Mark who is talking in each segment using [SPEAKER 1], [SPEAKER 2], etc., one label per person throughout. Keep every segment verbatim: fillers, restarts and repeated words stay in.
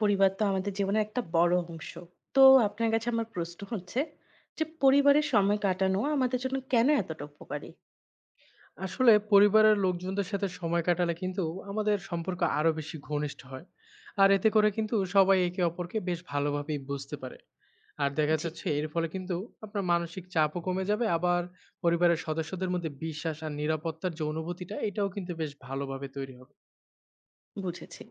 [SPEAKER 1] পরিবার তো আমাদের জীবনের একটা বড় অংশ। তো আপনার কাছে আমার প্রশ্ন হচ্ছে যে, পরিবারের সময় কাটানো আমাদের জন্য কেন এতটা উপকারী?
[SPEAKER 2] আসলে পরিবারের লোকজনদের সাথে সময় কাটালে কিন্তু আমাদের সম্পর্ক আরো বেশি ঘনিষ্ঠ হয়। আর এতে করে কিন্তু সবাই একে অপরকে বেশ ভালোভাবেই বুঝতে পারে। আর দেখা
[SPEAKER 1] জি,
[SPEAKER 2] যাচ্ছে এর ফলে কিন্তু আপনার মানসিক চাপও কমে যাবে। আবার পরিবারের সদস্যদের মধ্যে বিশ্বাস আর নিরাপত্তার যে অনুভূতিটা, এটাও কিন্তু বেশ ভালোভাবে তৈরি হবে।
[SPEAKER 1] বুঝেছি।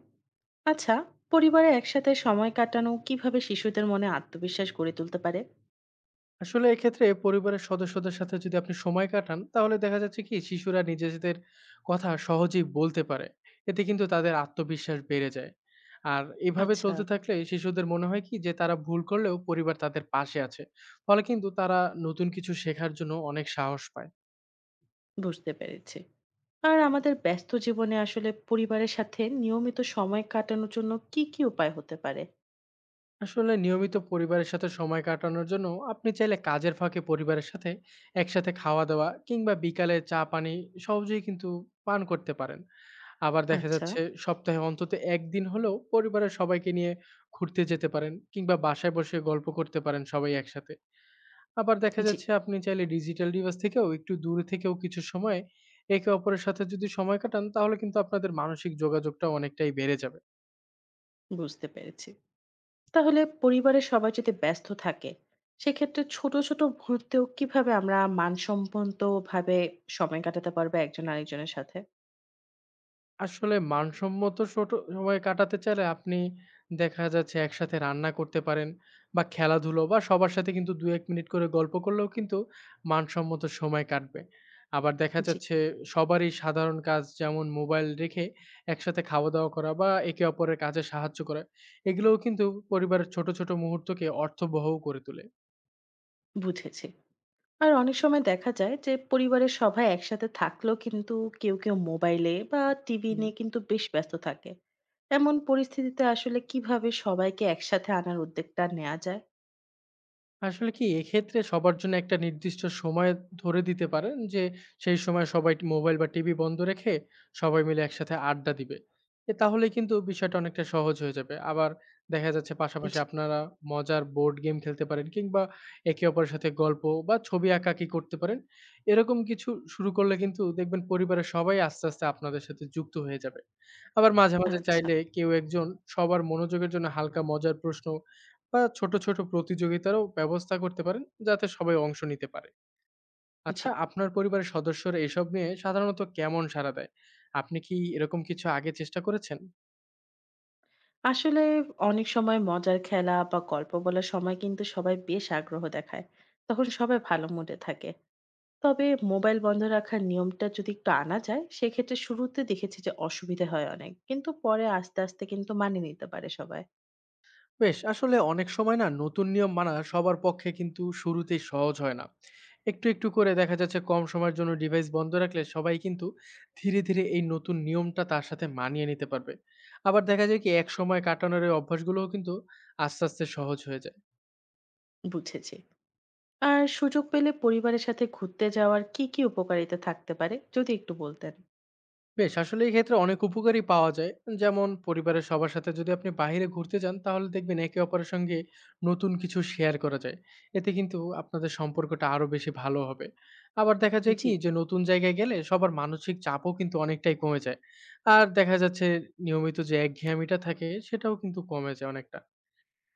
[SPEAKER 1] আচ্ছা, পরিবারে একসাথে সময় কাটানো কিভাবে শিশুদের মনে আত্মবিশ্বাস গড়ে তুলতে পারে?
[SPEAKER 2] আসলে এক্ষেত্রে পরিবারের সদস্যদের সাথে যদি আপনি সময় কাটান, তাহলে দেখা যাচ্ছে কি শিশুরা নিজেদের কথা সহজেই বলতে পারে। এতে কিন্তু তাদের আত্মবিশ্বাস বেড়ে যায়। আর এভাবে
[SPEAKER 1] আচ্ছা,
[SPEAKER 2] চলতে থাকলে শিশুদের মনে হয় কি যে তারা ভুল করলেও পরিবার তাদের পাশে আছে। ফলে কিন্তু তারা নতুন কিছু শেখার জন্য অনেক সাহস পায়।
[SPEAKER 1] বুঝতে পেরেছি। আর আমাদের ব্যস্ত জীবনে আসলে পরিবারের সাথে নিয়মিত সময় কাটানোর জন্য কি, কি উপায় হতে পারে?
[SPEAKER 2] আসলে নিয়মিত পরিবারের সাথে সময় কাটানোর জন্য আপনি চাইলে কাজের ফাঁকে পরিবারের সাথে একসাথে খাওয়া দাওয়া কিংবা বিকালে চা পানি সহজেই কিন্তু পান করতে পারেন। আবার দেখা
[SPEAKER 1] আচ্ছা,
[SPEAKER 2] যাচ্ছে সপ্তাহে অন্তত এক দিন হলেও পরিবারের সবাইকে নিয়ে ঘুরতে যেতে পারেন, কিংবা বাসায় বসে গল্প করতে পারেন সবাই একসাথে। আবার দেখা
[SPEAKER 1] জি,
[SPEAKER 2] যাচ্ছে আপনি চাইলে ডিজিটাল ডিভাইস থেকেও একটু দূরে থেকেও কিছু সময় একে অপরের সাথে যদি সময় কাটান, তাহলে কিন্তু আপনাদের মানসিক যোগাযোগটা অনেকটাই বেড়ে যাবে।
[SPEAKER 1] বুঝতে পেরেছি। তাহলে পরিবারের সবাই যদি ব্যস্ত থাকে, সেক্ষেত্রে ছোট ছোট মুহূর্তেও কিভাবে আমরা মানসম্পন্ন ভাবে সময় কাটাতে পারবো একজন আরেকজনের সাথে?
[SPEAKER 2] আসলে মানসম্মত ছোট সময় কাটাতে চাইলে আপনি দেখা যাচ্ছে একসাথে রান্না করতে পারেন বা খেলাধুলো বা সবার সাথে কিন্তু দুই এক মিনিট করে গল্প করলেও কিন্তু মানসম্মত সময় কাটবে। আবার দেখা
[SPEAKER 1] জি,
[SPEAKER 2] যাচ্ছে সবারই সাধারণ কাজ যেমন মোবাইল রেখে একসাথে খাওয়া-দাওয়া করা বা একে অপরের কাজে সাহায্য করা, এগুলোও কিন্তু পরিবারের ছোট, ছোট মুহূর্তকে অর্থবহও করে তোলে।
[SPEAKER 1] বুঝেছি। আর অনেক সময় দেখা যায় যে পরিবারের সবাই একসাথে থাকলেও কিন্তু কেউ কেউ মোবাইলে বা টিভি
[SPEAKER 2] হুম।
[SPEAKER 1] নিয়ে কিন্তু বেশ ব্যস্ত থাকে। এমন পরিস্থিতিতে আসলে কিভাবে সবাইকে একসাথে আনার উদ্যোগটা নেওয়া যায়?
[SPEAKER 2] আসলে কি এক্ষেত্রে সবার জন্য একটা নির্দিষ্ট সময় ধরে দিতে পারেন যে সেই সময় সবাই মোবাইল বা টিভি বন্ধ রেখে সবাই মিলে একসাথে আড্ডা দিবে। এ তাহলে কিন্তু বিষয়টা অনেকটা সহজ হয়ে যাবে। আবার দেখা যাচ্ছে পাশাপাশি
[SPEAKER 1] জি,
[SPEAKER 2] আপনারা মজার বোর্ড গেম খেলতে পারেন, কিংবা একে অপরের সাথে গল্প বা ছবি আঁকাআঁকি করতে পারেন। এরকম কিছু শুরু করলে কিন্তু দেখবেন পরিবারের সবাই আস্তে আস্তে আপনাদের সাথে যুক্ত হয়ে যাবে। আবার মাঝে মাঝে
[SPEAKER 1] আচ্ছা,
[SPEAKER 2] চাইলে কেউ একজন সবার মনোযোগের জন্য হালকা মজার প্রশ্ন বা ছোট, ছোট প্রতিযোগিতারও ব্যবস্থা করতে পারেন, যাতে সবাই অংশ নিতে পারে।
[SPEAKER 1] জি,
[SPEAKER 2] আচ্ছা, আপনার পরিবারের সদস্যরা এসব নিয়ে সাধারণত কেমন সাড়া দেয়? আপনি কি এরকম কিছু আগে চেষ্টা করেছেন?
[SPEAKER 1] আসলে অনেক সময় মজার খেলা বা গল্প বলার সময় কিন্তু সবাই বেশ আগ্রহ দেখায়, তখন সবাই ভালো মুডে থাকে। তবে মোবাইল বন্ধ রাখার নিয়মটা যদি একটু আনা যায়, সেক্ষেত্রে শুরুতে দেখেছি যে অসুবিধে হয় অনেক, কিন্তু পরে আস্তে আস্তে কিন্তু মানিয়ে নিতে পারে সবাই।
[SPEAKER 2] বেশ, আসলে অনেক সময় না নতুন নিয়ম মানা সবার পক্ষে কিন্তু শুরুতেই সহজ হয় না। একটু, একটু করে দেখা যাচ্ছে কম সময়ের জন্য ডিভাইস বন্ধ রাখলে সবাই কিন্তু ধীরে, ধীরে এই নতুন নিয়মটা তার সাথে মানিয়ে নিতে পারবে। আবার দেখা যায় কি একসময় কাটানোর এই অভ্যাসগুলোও কিন্তু আস্তে, আস্তে সহজ হয়ে যায়।
[SPEAKER 1] বুঝেছি। আর সুযোগ পেলে পরিবারের সাথে ঘুরতে যাওয়ার কি কি উপকারিতা থাকতে পারে যদি একটু বলতেন?
[SPEAKER 2] বেশ, আসলে এই ক্ষেত্রে অনেক উপকারই পাওয়া যায়। যেমন পরিবারের সবার সাথে যদি আপনি বাহিরে ঘুরতে যান তাহলে দেখবেন একে অপরের সঙ্গে নতুন কিছু শেয়ার করা যায়। এতে কিন্তু আপনাদের সম্পর্কটা আরো বেশি ভালো হবে। আবার দেখা যায়
[SPEAKER 1] জি,
[SPEAKER 2] কি যে নতুন জায়গায় গেলে সবার মানসিক চাপও কিন্তু অনেকটাই কমে যায়। আর দেখা যাচ্ছে নিয়মিত যে একঘেয়ামিটা থাকে সেটাও কিন্তু কমে যায় অনেকটা।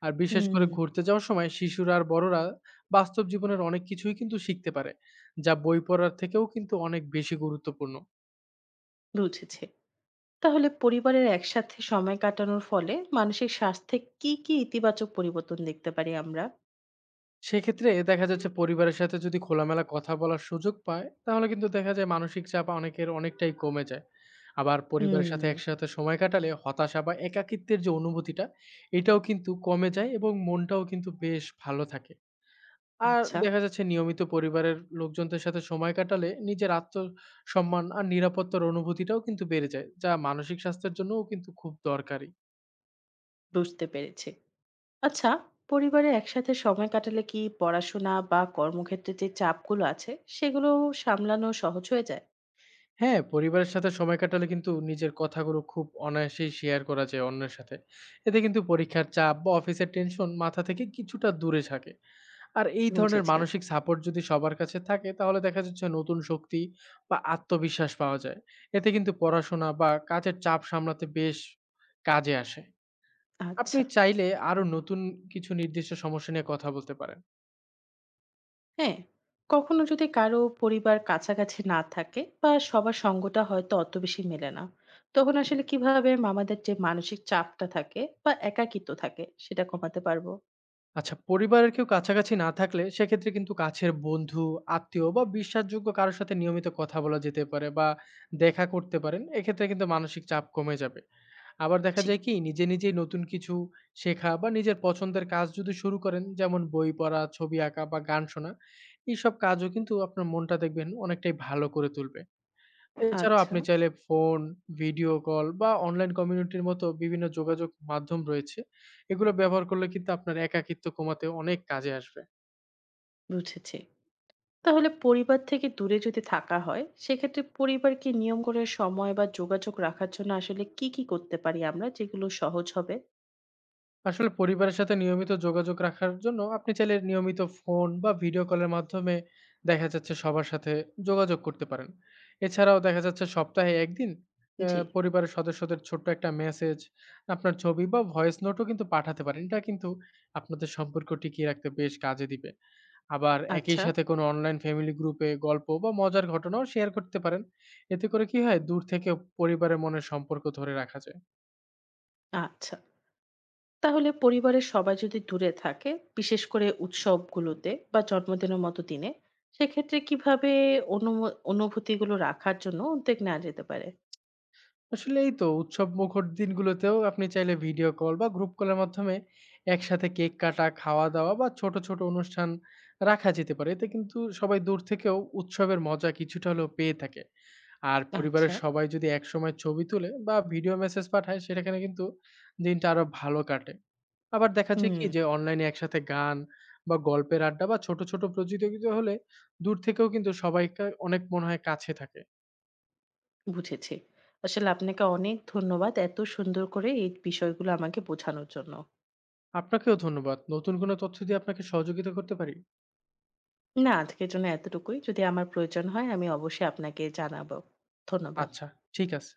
[SPEAKER 2] আর বিশেষ
[SPEAKER 1] হুম,
[SPEAKER 2] করে ঘুরতে যাওয়ার সময় শিশুরা আর বড়রা বাস্তব জীবনের অনেক কিছুই কিন্তু শিখতে পারে, যা বই পড়ার থেকেও কিন্তু অনেক বেশি গুরুত্বপূর্ণ।
[SPEAKER 1] বুঝেছি। তাহলে পরিবারের একসাথে সময় কাটানোর ফলে মানসিক স্বাস্থ্যে কি কি ইতিবাচক পরিবর্তন দেখতে পারি আমরা?
[SPEAKER 2] সেক্ষেত্রে দেখা যাচ্ছে পরিবারের সাথে যদি খোলামেলা কথা বলার সুযোগ পায়, তাহলে কিন্তু দেখা যায় মানসিক চাপ অনেকের অনেকটাই কমে যায়। আবার পরিবারের সাথে
[SPEAKER 1] হুম,
[SPEAKER 2] একসাথে সময় কাটালে হতাশা বা একাকিত্বের যে অনুভূতিটা, এটাও কিন্তু কমে যায় এবং মনটাও কিন্তু বেশ ভালো থাকে। আর
[SPEAKER 1] আচ্ছা,
[SPEAKER 2] দেখা যাচ্ছে নিয়মিত পরিবারের লোকজনদের সাথে সময় কাটালে নিজের আত্মসম্মান আর নিরাপত্তার অনুভূতিটাও কিন্তু বেড়ে যায়, যা মানসিক স্বাস্থ্যের জন্যও কিন্তু খুব দরকারি।
[SPEAKER 1] বুঝতে পেরেছি। আচ্ছা, পরিবারে একসাথে সময় কাটালে কি পড়াশোনা বা কর্মক্ষেত্রে যে চাপগুলো আছে, সেগুলো সামলানো সহজ হয়ে যায়?
[SPEAKER 2] হ্যাঁ, পরিবারের সাথে সময় কাটালে কিন্তু নিজের কথাগুলো খুব অনায়াসেই শেয়ার করা যায় অন্যের সাথে। এতে কিন্তু পরীক্ষার চাপ বা অফিসের টেনশন মাথা থেকে কিছুটা দূরে থাকে। আর এই ধরনের
[SPEAKER 1] বুঝেছি।
[SPEAKER 2] মানসিক সাপোর্ট যদি সবার কাছে থাকে তাহলে দেখা যাচ্ছে নতুন শক্তি বা আত্মবিশ্বাস পাওয়া যায়। এতে কিন্তু পড়াশোনা বা কাজের চাপ সামলাতে বেশ কাজে আসে। আপনি
[SPEAKER 1] আচ্ছা,
[SPEAKER 2] চাইলে আরো নতুন কিছু নির্দিষ্ট সমস্যা নিয়ে কথা বলতে পারেন।
[SPEAKER 1] হ্যাঁ, কখনো যদি কারো পরিবার কাছাকাছি না থাকে বা সবার সঙ্গটা হয়তো অত বেশি মেলে না, তখন আসলে কিভাবে মামাদের যে মানসিক চাপটা থাকে বা একাকিত্ব থাকে সেটা কমাতে পারবো?
[SPEAKER 2] আচ্ছা, পরিবারের কেউ কাছাকাছি না থাকলে সেক্ষেত্রে কিন্তু কাছের বন্ধু, আত্মীয় বা বিশ্বাসযোগ্য কারো সাথে নিয়মিত কথা বলা যেতে পারে বা দেখা করতে পারেন। এক্ষেত্রে কিন্তু মানসিক চাপ কমে যাবে। আবার দেখা
[SPEAKER 1] জি,
[SPEAKER 2] যায় কি নিজে, নিজেই নতুন কিছু শেখা বা নিজের পছন্দের কাজ যদি শুরু করেন, যেমন বই পড়া, ছবি আঁকা বা গান শোনা, এইসব কাজও কিন্তু আপনার মনটা দেখবেন অনেকটাই ভালো করে তুলবে। এছাড়াও
[SPEAKER 1] আচ্ছা,
[SPEAKER 2] আপনি চাইলে ফোন, ভিডিও কল বা অনলাইন কমিউনিটির মতো বিভিন্ন যোগাযোগ মাধ্যম রয়েছে। এগুলো ব্যবহার করলে কিন্তু আপনার একাকিত্ব কমাতে অনেক কাজে আসবে।
[SPEAKER 1] বুঝেছি। তাহলে পরিবার থেকে দূরে যদি থাকা হয়, সেক্ষেত্রে পরিবারকে নিয়ম করে সময় বা যোগাযোগ রাখার জন্য আসলে কি, কি করতে পারি আমরা যেগুলো সহজ হবে?
[SPEAKER 2] আসলে পরিবারের সাথে নিয়মিত যোগাযোগ রাখার জন্য আপনি চাইলে নিয়মিত ফোন বা ভিডিও কলের মাধ্যমে দেখা যাচ্ছে সবার সাথে যোগাযোগ করতে পারেন। এছাড়াও দেখা যাচ্ছে সপ্তাহে এক দিন অ্যা
[SPEAKER 1] জি,
[SPEAKER 2] পরিবারের সদস্যদের ছোট্ট একটা মেসেজ, আপনার ছবি বা ভয়েস নোটও কিন্তু পাঠাতে পারেন। এটা কিন্তু আপনাদের সম্পর্ক টিকিয়ে রাখতে বেশ কাজে দিবে। আবার একই
[SPEAKER 1] আচ্ছা,
[SPEAKER 2] সাথে কোনো অনলাইন ফ্যামিলি গ্রুপে গল্প বা মজার ঘটনাও শেয়ার করতে পারেন। এতে করে কি হয়, দূর থেকে পরিবারের মনের সম্পর্ক ধরে রাখা যায়।
[SPEAKER 1] আচ্ছা। তাহলে পরিবারের সবাই যদি দূরে থাকে, বিশেষ করে উৎসবগুলোতে বা জন্মদিনের মতো দিনে, সেক্ষেত্রে কিভাবে অনুমো অনুভূতিগুলো রাখার জন্য উদ্যোগ নেওয়া যেতে পারে?
[SPEAKER 2] আসলে এই তো উৎসব মুখর দিনগুলোতেও আপনি চাইলে ভিডিও কল বা গ্রুপ কলের মাধ্যমে একসাথে কেক কাটা, খাওয়া দাওয়া বা ছোট ছোট অনুষ্ঠান রাখা যেতে পারে। এতে কিন্তু সবাই দূর থেকেও উৎসবের মজা কিছুটা হলেও পেয়ে থাকে। আর
[SPEAKER 1] আচ্ছা,
[SPEAKER 2] পরিবারের সবাই যদি একসময় ছবি তুলে বা ভিডিও মেসেজ পাঠায় সেটাখানে কিন্তু দিনটা আরো ভালো কাটে। আবার দেখা যায় কি যে
[SPEAKER 1] হুম,
[SPEAKER 2] অনলাইনে একসাথে গান বা গল্পের আড্ডা বা ছোট, ছোট প্রতিযোগিতা হলে দূর থেকেও কিন্তু সবাইকে অনেক মনে হয় কাছে থাকে।
[SPEAKER 1] বুঝেছি। আসলে আপনাকে অনেক ধন্যবাদ এত সুন্দর করে এই বিষয়গুলো আমাকে বোঝানোর জন্য।
[SPEAKER 2] আপনাকেও ধন্যবাদ। নতুন কোনো তথ্য দিয়ে আপনাকে সহযোগিতা করতে পারি?
[SPEAKER 1] না, আজকের জন্য এতটুকুই। যদি আমার প্রয়োজন হয় আমি অবশ্যই আপনাকে জানাবো। ধন্যবাদ।
[SPEAKER 2] আচ্ছা, ঠিক আছে।